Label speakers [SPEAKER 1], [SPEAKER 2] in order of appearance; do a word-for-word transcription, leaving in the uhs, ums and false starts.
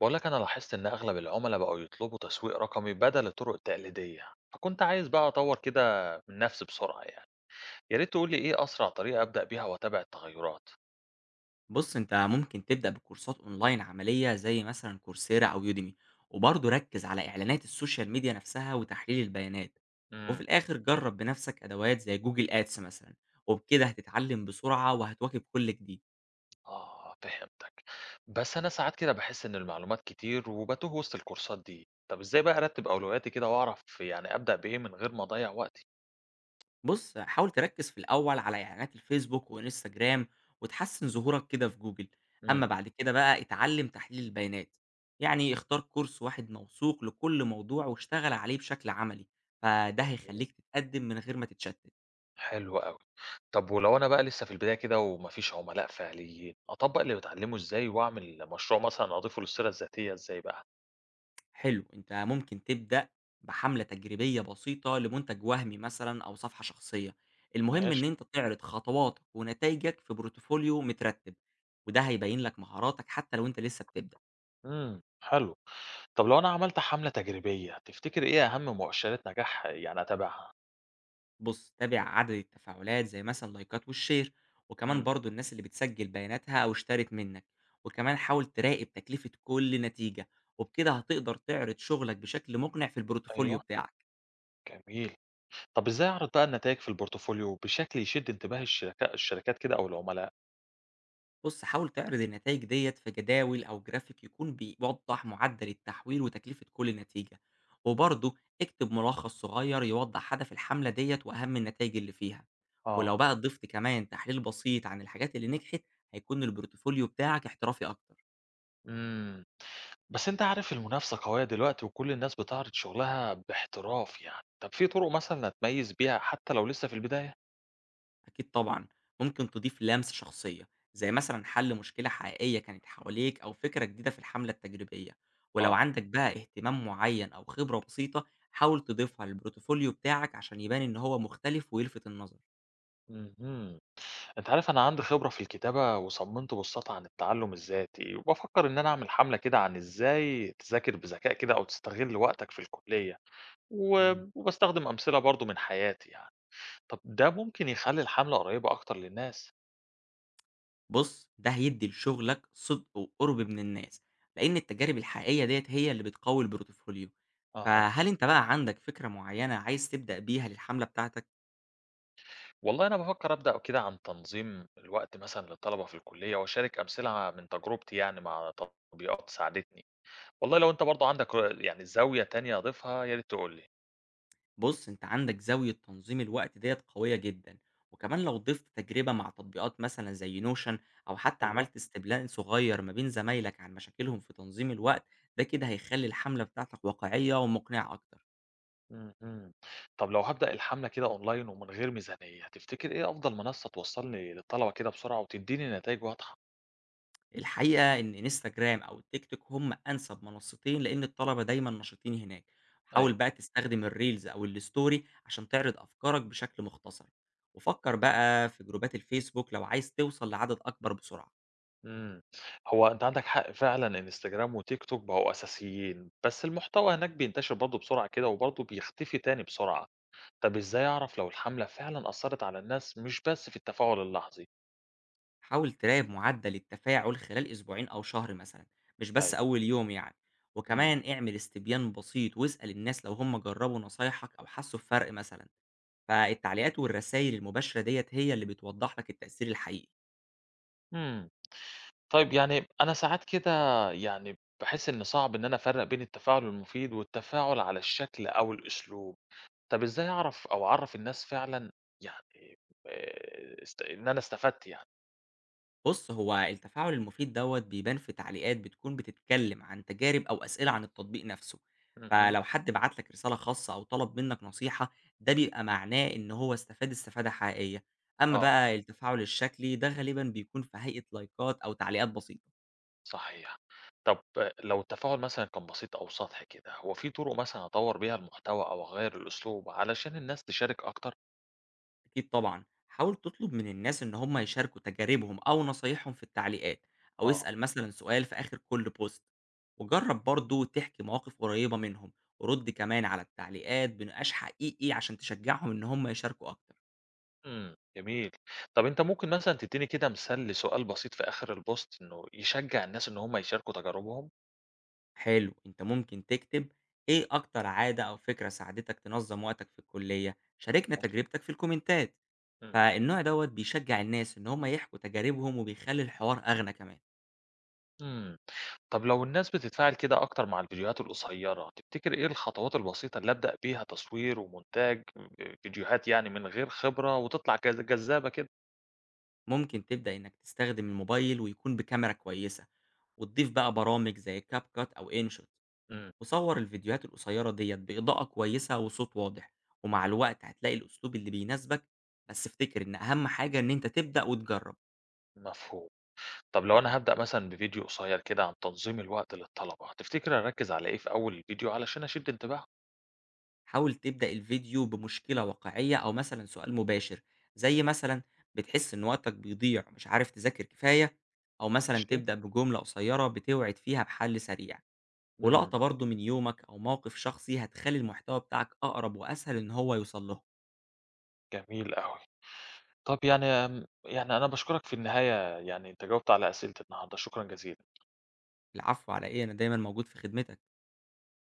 [SPEAKER 1] بقول لك أنا لاحظت إن أغلب العملاء بقوا يطلبوا تسويق رقمي بدل الطرق التقليدية، فكنت عايز بقى أطور كده من نفسي بسرعة يعني. يا ريت تقول لي إيه أسرع طريقة أبدأ بيها وأتابع التغيرات.
[SPEAKER 2] بص انت ممكن تبدأ بكورسات اونلاين عملية زي مثلا كورسيرا او يوديمي. وبرضه ركز على اعلانات السوشيال ميديا نفسها وتحليل البيانات. وفي
[SPEAKER 1] امم
[SPEAKER 2] الاخر جرب بنفسك ادوات زي جوجل ادس مثلا، وبكده هتتعلم بسرعة وهتواكب كل جديد.
[SPEAKER 1] آه، فهمتك. بس أنا ساعات كده بحس إن المعلومات كتير وبتوه وسط الكورسات دي. طب إزاي بقى أرتب أولوياتي كده وأعرف يعني أبدأ بإيه من غير ما أضيع وقتي؟
[SPEAKER 2] بص حاول تركز في الاول على اعلانات الفيسبوك وانستجرام وتحسن ظهورك كده في جوجل.
[SPEAKER 1] امم
[SPEAKER 2] اما بعد كده بقى اتعلم تحليل البيانات، يعني اختار كورس واحد موثوق لكل موضوع واشتغل عليه بشكل عملي، فده
[SPEAKER 1] جميل،
[SPEAKER 2] هيخليك تتقدم من غير ما تتشتت.
[SPEAKER 1] حلو قوي. طب ولو أنا بقى لسه في البداية كده ومفيش عملاء فعليين أطبق اللي بتعلمه، إزاي؟ وأعمل مشروع مثلا أضيفه للسيرة الذاتية إزاي بقى؟
[SPEAKER 2] حلو انت ممكن تبدأ بحملة تجريبية بسيطة لمنتج وهمي مثلا او صفحة شخصية. المهم ان
[SPEAKER 1] ماشي.
[SPEAKER 2] انت تعرض خطواتك ونتائجك في بورتفوليو مترتب. وده هيبين لك مهاراتك حتى لو انت لسه بتبدأ.
[SPEAKER 1] إمم، حلو. طب لو أنا عملت حملة تجريبية، تفتكر إيه أهم مؤشرات نجاح يعني أتابعها؟
[SPEAKER 2] بص تابع عدد التفاعلات زي مثلا لايكات والشير، وكمان
[SPEAKER 1] إمم.
[SPEAKER 2] برضو الناس اللي بتسجل بياناتها او اشترت منك. وكمان حاول تراقب تكلفة كل نتيجة، وبكده هتقدر تعرض شغلك بشكل مقنع في البورتفوليو
[SPEAKER 1] أيوه،
[SPEAKER 2] بتاعك.
[SPEAKER 1] جميل. طب إزاي أعرض بقى النتايج في الPortfolio بشكل يشد انتباه الشركا الشركات كده أو العملاء؟
[SPEAKER 2] بُص، حاول تعرض النتايج ديّة في جداول أو جرافيك يكون بيوضّح معدل التحويل وتكلفة كل نتيجة، وبرضه اكتب ملخص صغير يوضّح هدف الحملة ديّة وأهم النتايج اللي فيها، ولو
[SPEAKER 1] آه،
[SPEAKER 2] بقى ضِفت كمان تحليل بسيط عن الحاجات اللي نجحت هيكون البورتفوليو بتاعك احترافي أكتر.
[SPEAKER 1] إمم. بس أنت عارف المنافسة قوية دلوقتي وكل الناس بتعرض شغلها باحتراف يعني، طب في طرق مثلًا أتميز بيها حتى لو لسه في البداية؟
[SPEAKER 2] أكيد طبعًا، ممكن تضيف لمسة شخصية، زي مثلًا حل مشكلة حقيقية كانت حواليك أو فكرة جديدة في الحملة التجريبية، ولو
[SPEAKER 1] آه،
[SPEAKER 2] عندك بقى اهتمام معين أو خبرة بسيطة حاول تضيفها للبورتفوليو بتاعك عشان يبان إن هو مختلف ويلفت النظر.
[SPEAKER 1] اهم. أنت عارف أنا عندي خبرة في الكتابة وصممت بوستات عن التعلم الذاتي، وبفكر إن أنا أعمل حملة كده عن إزاي تذاكر بذكاء كده أو تستغل وقتك في الكلية. و-
[SPEAKER 2] إمم.
[SPEAKER 1] وبستخدم أمثلة برضو من حياتي يعني. طب ده ممكن يخلي الحملة قريبة أكتر للناس؟
[SPEAKER 2] بُص، ده هيدّي لشغلك صدق وقرب من الناس، لأن التجارب الحقيقية ديّة هي اللي بتقوي البورتفوليو.
[SPEAKER 1] أها.
[SPEAKER 2] فهل أنت بقى عندك فكرة معينة عايز تبدأ بيها للحملة بتاعتك؟
[SPEAKER 1] والله أنا بفكر أبدأ كده عن تنظيم الوقت مثلا للطلبة في الكلية، وأشارك أمثلة من تجربتي يعني مع تطبيقات ساعدتني. والله لو أنت برضو عندك يعني زاوية تانية أضيفها يا ريت تقول لي.
[SPEAKER 2] بص انت عندك زاوية تنظيم الوقت ديت قوية جدا. وكمان لو ضفت تجربة مع تطبيقات مثلا زي نوشن او حتى
[SPEAKER 1] أيوه.
[SPEAKER 2] عملت استبلان صغير ما بين زمايلك عن مشاكلهم في تنظيم الوقت، ده كده هيخلي الحملة بتاعتك واقعية ومقنعة اكتر.
[SPEAKER 1] إمم، إمم. طب لو هابدأ الحملة كده أونلاين ومن غير ميزانية، تفتكر إيه أفضل منصة توصّلني للطلبة كده بسرعة وتدّيني نتايج واضحة؟
[SPEAKER 2] الحقيقة ان انستجرام او تيك توك هم انسب منصتين لان الطلبة دايما نشيطين هناك. حاول
[SPEAKER 1] أيوه،
[SPEAKER 2] بقى تستخدم الريلز او الستوري عشان تعرض افكارك بشكل مختصر، وفكر بقى في جروبات الفيسبوك لو عايز توصل لعدد اكبر بسرعة.
[SPEAKER 1] إمم. هو أنت عندك حق فعلًا، إنستجرام وتيك توك بقوا أساسيين، بس المحتوى هناك بينتشر برضه بسرعة كده وبرضه بيختفي تاني بسرعة. طب إزاي أعرف لو الحملة فعلًا أثّرت على الناس مش بس في التفاعل اللحظي؟
[SPEAKER 2] حاول تراقب معدل التفاعل خلال أسبوعين أو شهر مثلا، مش بس
[SPEAKER 1] أيوه،
[SPEAKER 2] أول يوم يعني.
[SPEAKER 1] إمم.
[SPEAKER 2] وكمان اعمل استبيان بسيط واسأل الناس لو هم جربوا نصايحك أو حسوا بفرق مثلا. فالتعليقات والرسائل المباشرة ديت هي اللي بتوضح لك التأثير الحقيقي.
[SPEAKER 1] إمم. طيب يعني أنا ساعات كده يعني باحس إن صعب إن أنا أفرّق بين التفاعل المفيد والتفاعل على الشكل أو الأسلوب. طب إزاي أعرف أو أعرّف الناس فعلًا يعني آآ است إن أنا استفدت يعني؟
[SPEAKER 2] بُص، هو التفاعل المفيد دوّة بيبان في تعليقات بتكون بتتكلم عن تجارب أو أسئلة عن التطبيق نفسه،
[SPEAKER 1] اهم،
[SPEAKER 2] فلو حد بعت لك رسالة خاصة أو طلب منك نصيحة، ده بيبقى معناه إن هو استفاد استفادة حقيقية، أمّا
[SPEAKER 1] آه،
[SPEAKER 2] بقى التفاعل الشكلي ده غالبًا بيكون في هيئة لايكات أو تعليقات بسيطة.
[SPEAKER 1] صحيح. طب آه، لو التفاعل مثلًا كان بسيط أو سطحي كده، هو في طُرق مثلًا أطوّر بيها المحتوى أو أغيّر الأسلوب علشان الناس تشارك أكتر؟
[SPEAKER 2] أكيد طبعًا، حاول تطلب من الناس إن هم يشاركوا تجاربهم أو نصايحهم في التعليقات، أو
[SPEAKER 1] آه.
[SPEAKER 2] اسأل مثلًا سؤال في آخر كل بوست، وجرب برضه تحكي مواقف قريبة منهم، ورد كمان على التعليقات بنقاش حقيقي عشان تشجعهم إن هم يشاركوا أكتر.
[SPEAKER 1] إمم، جميل. طب أنت ممكن مثلًا تدّيني كده مثال لسؤال بسيط في آخر البوست إنه يشجّع الناس إن هم يشاركوا تجاربهم؟
[SPEAKER 2] حلو، أنت ممكن تكتب إيه أكتر عادة أو فكرة ساعدتك تنظم وقتك في الكلية؟ شاركنا
[SPEAKER 1] ماشي.
[SPEAKER 2] تجربتك في الكومنتات،
[SPEAKER 1] إمم،
[SPEAKER 2] فالنوع دوّة بيشجع الناس إن هم يحكوا تجاربهم وبيخلي الحوار أغنى كمان.
[SPEAKER 1] إمم. طب لو الناس بتتفاعل كده أكتر مع الفيديوهات القصيّرة، تفتكر إيه الخطوات البسيطة اللي أبدأ بيها تصوير ومونتاج ب فيديوهات يعني من غير خبرة وتطلع جذ جذابة كده؟
[SPEAKER 2] ممكن تبدأ إنك تستخدم الموبايل ويكون بكاميرا كويسة، وتضيف بقى برامج زي كاب كات أو إنشوت،
[SPEAKER 1] إمم،
[SPEAKER 2] وصور الفيديوهات القصيرة ديت بإضاءة كويسة وصوت واضح. ومع الوقت هتلاقي الأسلوب اللي بيناسبك، بس افتكر إن أهم حاجة إن أنت تبدأ وتجرب.
[SPEAKER 1] مفهوم. طب لو أنا هابدأ مثلًا بفيديو قصيّر كده عن تنظيم الوقت للطلبة، تفتكر أركّز على إيه في أول الفيديو علشان أشد انتباههم؟
[SPEAKER 2] حاول تبدأ الفيديو بمشكلة واقعية أو مثلا سؤال مباشر، زي مثلا بتحس إن وقتك بيضيع مش عارف تذاكر كفاية، أو مثلا
[SPEAKER 1] ماشي.
[SPEAKER 2] تبدأ بجملة قصيرة بتوعد فيها بحل سريع،
[SPEAKER 1] إمم،
[SPEAKER 2] ولقطة برضه من يومك أو موقف شخصي هتخلّي المحتوى بتاعك أقرب وأسهل إن هو يوصل لهم.
[SPEAKER 1] جميل أوي. طَب يعني آمم، يعني أنا باشكرك في النهاية، يعني أنت جاوبت على أسئلتي النهارده، شكرًا جزيلًا.
[SPEAKER 2] العفو على إيه، أنا دايمًا موجود في خدمتك.